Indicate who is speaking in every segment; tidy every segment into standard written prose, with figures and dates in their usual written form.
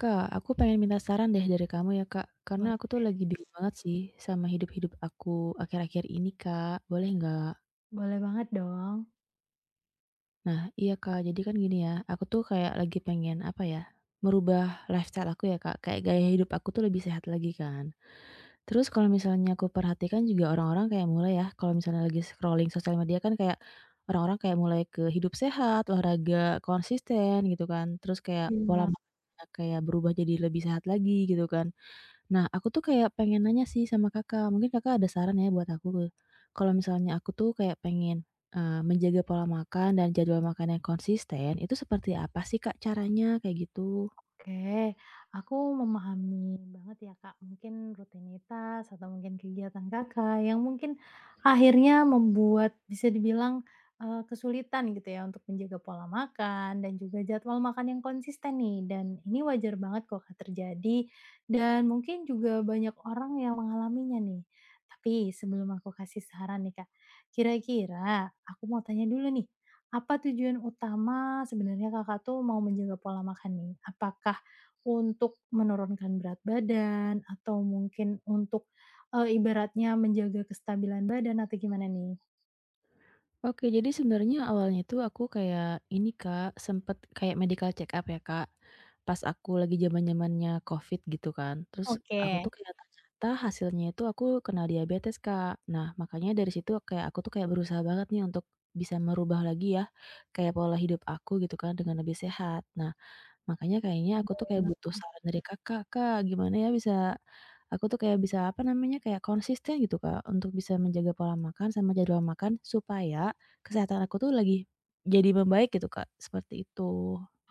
Speaker 1: Kak, aku pengen minta saran deh dari kamu ya, Kak. Karena
Speaker 2: Boleh
Speaker 1: aku tuh lagi bingung banget sih sama hidup-hidup aku akhir-akhir ini, Kak. Boleh nggak?
Speaker 2: boleh banget dong.
Speaker 1: Nah, iya, Kak. Jadi kan gini ya, aku tuh kayak lagi pengen apa ya? Merubah lifestyle aku ya, Kak. Kayak gaya hidup aku tuh lebih sehat lagi kan. Terus kalau misalnya aku perhatikan juga orang-orang kayak mulai ya, kalau misalnya lagi scrolling sosial media kan kayak orang-orang kayak mulai ke hidup sehat, olahraga konsisten gitu kan. Terus kayak pola
Speaker 2: Iya.
Speaker 1: makan kayak berubah jadi lebih sehat lagi gitu kan. Nah, aku tuh kayak pengen nanya sih sama Kakak, mungkin Kakak ada saran ya buat aku? Kalau misalnya aku tuh kayak pengen, menjaga pola makan dan jadwal makan yang konsisten, itu seperti apa sih Kak caranya? Kayak gitu.
Speaker 2: Oke, aku memahami banget ya, Kak, mungkin rutinitas atau mungkin kegiatan Kakak yang mungkin akhirnya membuat bisa dibilang, kesulitan gitu ya untuk menjaga pola makan dan juga jadwal makan yang konsisten nih, dan ini wajar banget kok, Kak, terjadi dan mungkin juga banyak orang yang mengalaminya nih. Tapi sebelum aku kasih saran nih, Kak, kira-kira aku mau tanya dulu nih, apa tujuan utama sebenarnya Kakak tuh mau menjaga pola makan nih? Apakah untuk menurunkan berat badan atau mungkin untuk, ibaratnya menjaga kestabilan badan atau gimana nih?
Speaker 1: Oke, jadi sebenarnya awalnya itu aku kayak ini, Kak, sempet kayak medical check up ya, Kak. Pas aku lagi zaman-zamannya Covid gitu kan. Terus
Speaker 2: Oke.
Speaker 1: aku tuh kayak ternyata hasilnya itu aku kena diabetes, Kak. Nah, makanya dari situ kayak aku tuh kayak berusaha banget nih untuk bisa merubah lagi ya kayak pola hidup aku gitu kan dengan lebih sehat. Nah, makanya kayaknya aku tuh kayak butuh saran dari Kakak, Kak, gimana ya bisa aku tuh kayak bisa, apa namanya, kayak konsisten gitu, Kak, untuk bisa menjaga pola makan sama jadwal makan supaya kesehatan aku tuh lagi jadi membaik gitu, Kak, seperti itu.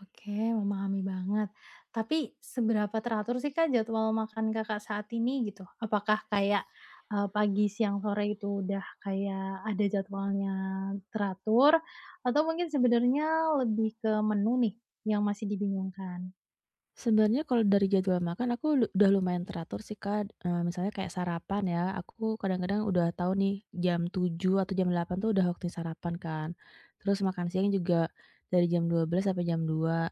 Speaker 2: Oke, memahami banget. Tapi seberapa teratur sih Kak jadwal makan Kakak saat ini gitu? Apakah kayak, pagi, siang, sore itu udah kayak ada jadwalnya teratur atau mungkin sebenarnya lebih ke menu nih yang masih dibingungkan?
Speaker 1: Sebenarnya kalau dari jadwal makan aku udah lumayan teratur sih, Kak, misalnya kayak sarapan ya, aku kadang-kadang udah tahu nih jam 7 atau jam 8 tuh udah waktu sarapan kan, terus makan siang juga dari jam 12 sampai jam 2,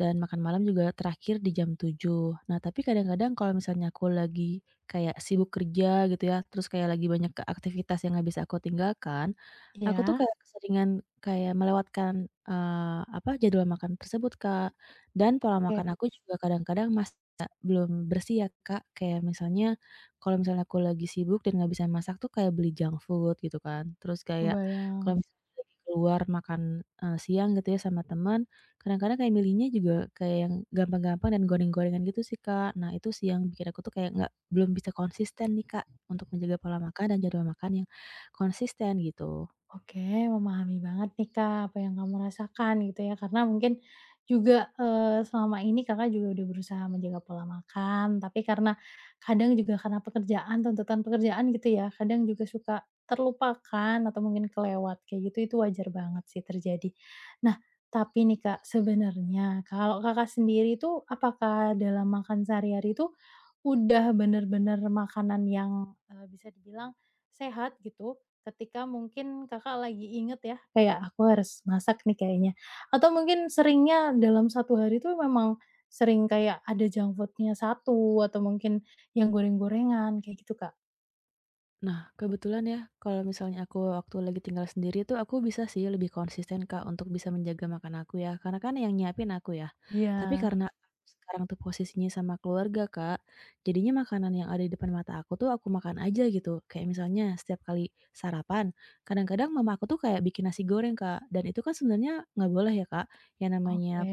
Speaker 1: dan makan malam juga terakhir di jam 7. Nah, tapi kadang-kadang kalau misalnya aku lagi kayak sibuk kerja gitu ya, terus kayak lagi banyak ke aktivitas yang nggak bisa aku tinggalkan, aku tuh
Speaker 2: Ya,
Speaker 1: kayak keseringan kayak melewatkan, jadwal makan tersebut, Kak. Dan pola
Speaker 2: oke,
Speaker 1: makan aku juga kadang-kadang masih belum bersih ya, Kak. Kayak misalnya kalau misalnya aku lagi sibuk dan nggak bisa masak tuh kayak beli junk food gitu kan. Terus kayak
Speaker 2: kebayang.
Speaker 1: kalau misalnya lagi keluar makan, siang gitu ya sama teman, kadang-kadang kayak milihnya juga kayak yang gampang-gampang dan goreng-gorengan gitu sih, Kak. Nah, itu sih yang bikin aku tuh kayak nggak belum bisa konsisten nih, Kak, untuk menjaga pola makan dan jadwal makan yang konsisten gitu.
Speaker 2: Oke, memahami banget nih Kak, apa yang kamu rasakan gitu ya, karena mungkin juga, selama ini Kakak juga udah berusaha menjaga pola makan, tapi karena kadang juga karena pekerjaan, tuntutan pekerjaan gitu ya, kadang juga suka terlupakan atau mungkin kelewat kayak gitu, itu wajar banget sih terjadi. Nah, tapi nih Kak, sebenarnya kalau Kakak sendiri tuh apakah dalam makan sehari-hari itu udah bener-bener makanan yang, bisa dibilang sehat gitu? Ketika mungkin Kakak lagi inget ya, kayak, "Aku harus masak nih kayaknya." Atau mungkin seringnya dalam satu hari tuh memang sering kayak ada junk food-nya satu, atau mungkin yang goreng-gorengan kayak gitu, Kak?
Speaker 1: Nah, kebetulan ya, kalau misalnya aku waktu lagi tinggal sendiri tuh aku bisa sih lebih konsisten, Kak, untuk bisa menjaga makan aku ya, karena kan yang nyiapin aku ya.
Speaker 2: Iya,
Speaker 1: Tapi karena aku sekarang tuh posisinya sama keluarga, Kak, jadinya makanan yang ada di depan mata aku tuh aku makan aja gitu. Kayak misalnya setiap kali sarapan, kadang-kadang mama aku tuh kayak bikin nasi goreng, Kak, dan itu kan sebenarnya nggak boleh ya, Kak, yang namanya
Speaker 2: oke.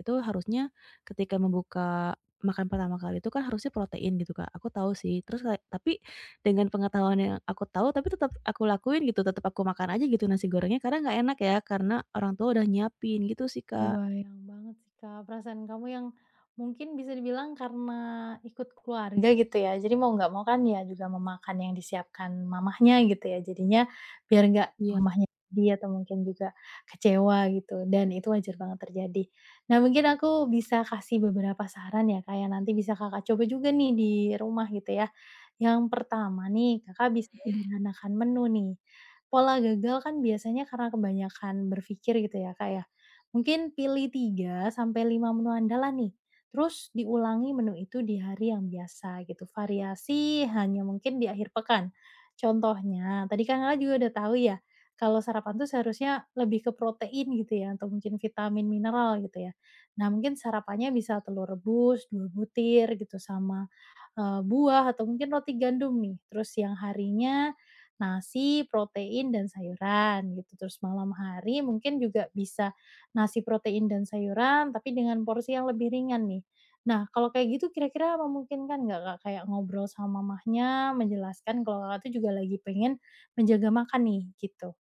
Speaker 1: itu harusnya ketika membuka makan pertama kali itu kan harusnya protein gitu Kak, aku tahu sih. Terus kayak tapi dengan pengetahuan yang aku tahu, tapi tetap aku lakuin gitu, tetap aku makan aja gitu nasi gorengnya karena nggak enak ya, karena orang tua udah nyiapin gitu sih, Kak.
Speaker 2: Kebayang banget sih, Kak, perasaan kamu yang mungkin bisa dibilang karena ikut keluarga gitu ya, jadi mau nggak mau kan ya juga memakan yang disiapkan mamahnya gitu ya, jadinya biar nggak
Speaker 1: Iya,
Speaker 2: mamahnya dia atau mungkin juga kecewa gitu, dan itu wajar banget terjadi. Nah, mungkin aku bisa kasih beberapa saran ya, Kak, yang nanti bisa Kakak coba juga nih di rumah gitu ya. Yang pertama nih, Kakak bisa sederhanakan menu nih. Pola gagal kan biasanya karena kebanyakan berpikir gitu ya, Kak, ya. Mungkin pilih 3 sampai 5 menu andalan nih, terus diulangi menu itu di hari yang biasa gitu. Variasi hanya mungkin di akhir pekan. Contohnya, tadi kan Kakak juga udah tahu ya, kalau sarapan tuh seharusnya lebih ke protein gitu ya, atau mungkin vitamin, mineral gitu ya. Nah mungkin sarapannya bisa telur rebus, 2 butir gitu sama buah atau mungkin roti gandum nih, terus siang harinya nasi, protein, dan sayuran gitu. Terus malam hari mungkin juga bisa nasi, protein, dan sayuran, tapi dengan porsi yang lebih ringan nih. Nah, kalau kayak gitu kira-kira memungkinkan nggak, Kak, kayak ngobrol sama mamahnya, menjelaskan kalau Kakak tuh juga lagi pengen menjaga makan nih, gitu?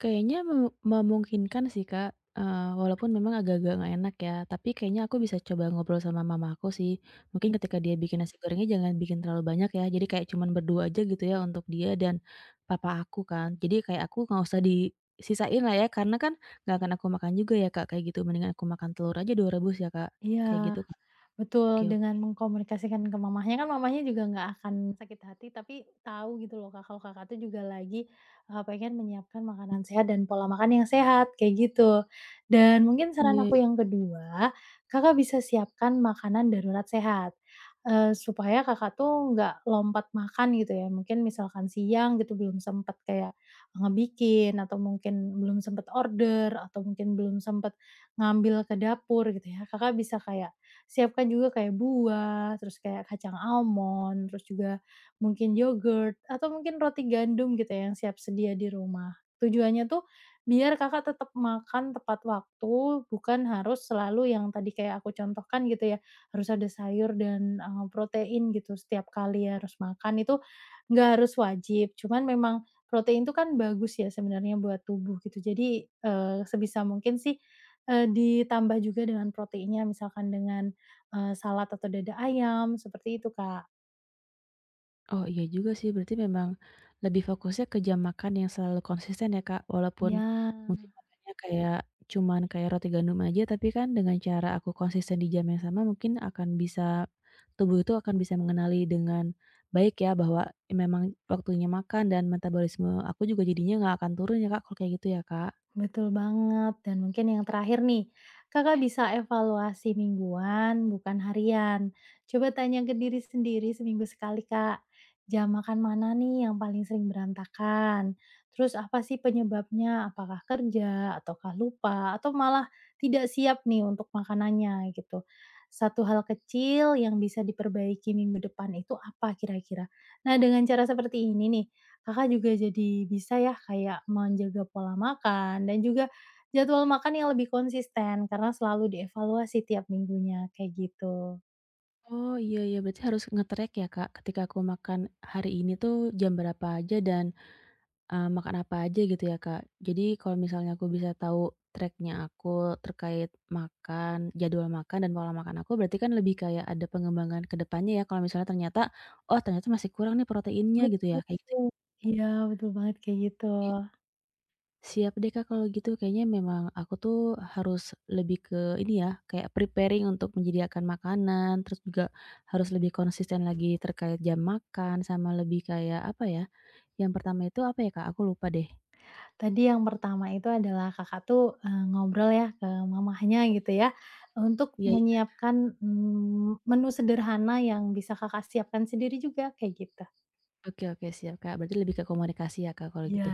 Speaker 1: kayaknya memungkinkan sih, Kak, walaupun memang agak-agak nggak enak ya, tapi kayaknya aku bisa coba ngobrol sama mama aku sih. Mungkin ketika dia bikin nasi gorengnya jangan bikin terlalu banyak ya, jadi kayak cuman berdua aja gitu ya untuk dia dan papa aku kan. Jadi kayak aku nggak usah disisain lah ya, karena kan nggak akan aku makan juga ya, Kak, kayak gitu, mendingan aku makan telur aja 2 rebus ya, Kak,
Speaker 2: Iya.
Speaker 1: kayak gitu, Kak.
Speaker 2: Betul,
Speaker 1: Oke.
Speaker 2: dengan mengkomunikasikan ke mamahnya, kan mamahnya juga nggak akan sakit hati, tapi tahu gitu loh, Kak, kalau Kakak tuh juga lagi, pengen menyiapkan makanan sehat dan pola makan yang sehat, kayak gitu. Dan mungkin saran
Speaker 1: Iya,
Speaker 2: aku yang kedua, Kakak bisa siapkan makanan darurat sehat, supaya Kakak tuh nggak lompat makan gitu ya, mungkin misalkan siang gitu belum sempet kayak ngebikin atau mungkin belum sempet order atau mungkin belum sempet ngambil ke dapur gitu ya, Kakak bisa kayak siapkan juga kayak buah, terus kayak kacang almond, terus juga mungkin yogurt, atau mungkin roti gandum gitu ya yang siap sedia di rumah. Tujuannya tuh biar Kakak tetap makan tepat waktu, bukan harus selalu yang tadi kayak aku contohkan gitu ya, harus ada sayur dan, protein gitu setiap kali harus makan itu nggak harus wajib, cuman memang protein itu kan bagus ya sebenarnya buat tubuh gitu. Jadi, sebisa mungkin sih, ditambah juga dengan proteinnya misalkan dengan salad atau dada ayam, seperti itu, Kak.
Speaker 1: oh iya juga sih, berarti memang lebih fokusnya ke jam makan yang selalu konsisten ya, Kak. Walaupun
Speaker 2: Ya,
Speaker 1: mungkin makannya kayak cuman kayak roti gandum aja, tapi kan dengan cara aku konsisten di jam yang sama mungkin akan bisa tubuh itu akan bisa mengenali dengan baik ya, bahwa memang waktunya makan dan metabolisme aku juga jadinya nggak akan turun ya, Kak, kalau kayak gitu ya, Kak?
Speaker 2: betul banget. Dan mungkin yang terakhir nih, Kakak bisa evaluasi mingguan bukan harian. Coba tanya ke diri sendiri seminggu sekali, Kak, jam makan mana nih yang paling sering berantakan? Terus apa sih penyebabnya? Apakah kerja, ataukah lupa, atau malah tidak siap nih untuk makanannya, gitu. Satu hal kecil yang bisa diperbaiki minggu depan itu apa kira-kira? Nah, dengan cara seperti ini nih, Kakak juga jadi bisa ya kayak menjaga pola makan dan juga jadwal makan yang lebih konsisten karena selalu dievaluasi tiap minggunya, kayak gitu.
Speaker 1: Oh, iya iya, berarti harus nge-track ya, Kak, ketika aku makan hari ini tuh jam berapa aja dan makan apa aja gitu ya, Kak. Jadi kalau misalnya aku bisa tahu track-nya aku terkait makan, jadwal makan dan pola makan aku, berarti kan lebih kayak ada pengembangan ke depannya ya, kalau misalnya ternyata, "Oh ternyata masih kurang nih proteinnya," gitu ya,
Speaker 2: Betul.
Speaker 1: kayak gitu.
Speaker 2: Iya, betul banget kayak gitu.
Speaker 1: sih. Siap deh, Kak, kalau gitu kayaknya memang aku tuh harus lebih ke ini ya, kayak preparing untuk menyediakan makanan, terus juga harus lebih konsisten lagi terkait jam makan, sama lebih kayak apa ya, yang pertama itu apa ya, Kak? Aku lupa deh.
Speaker 2: Tadi yang pertama itu adalah Kakak tuh, ngobrol ya ke mamahnya gitu ya, untuk
Speaker 1: Iya.
Speaker 2: menyiapkan, menu sederhana yang bisa Kakak siapkan sendiri juga, kayak gitu.
Speaker 1: Oke oke siap, Kak, berarti lebih ke komunikasi ya, Kak, kalau
Speaker 2: Iya.
Speaker 1: gitu.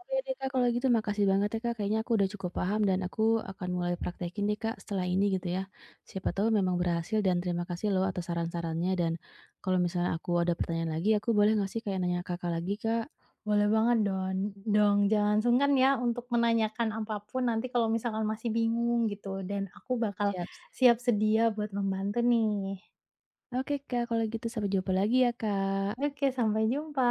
Speaker 1: Oke deh, Kak, kalau gitu makasih banget ya, Kak, kayaknya aku udah cukup paham dan aku akan mulai praktekin deh, Kak, setelah ini gitu ya. Siapa tahu memang berhasil dan terima kasih loh atas saran-sarannya dan kalau misalnya aku ada pertanyaan lagi, aku boleh nggak sih kayak nanya Kakak lagi, Kak?
Speaker 2: Boleh banget dong, dong, jangan sungkan ya untuk menanyakan apapun nanti kalau misalkan masih bingung gitu, dan aku bakal
Speaker 1: Siap siap.
Speaker 2: siap sedia buat membantu nih.
Speaker 1: Oke, Kak, kalau gitu sampai jumpa lagi ya, Kak.
Speaker 2: Oke, sampai jumpa.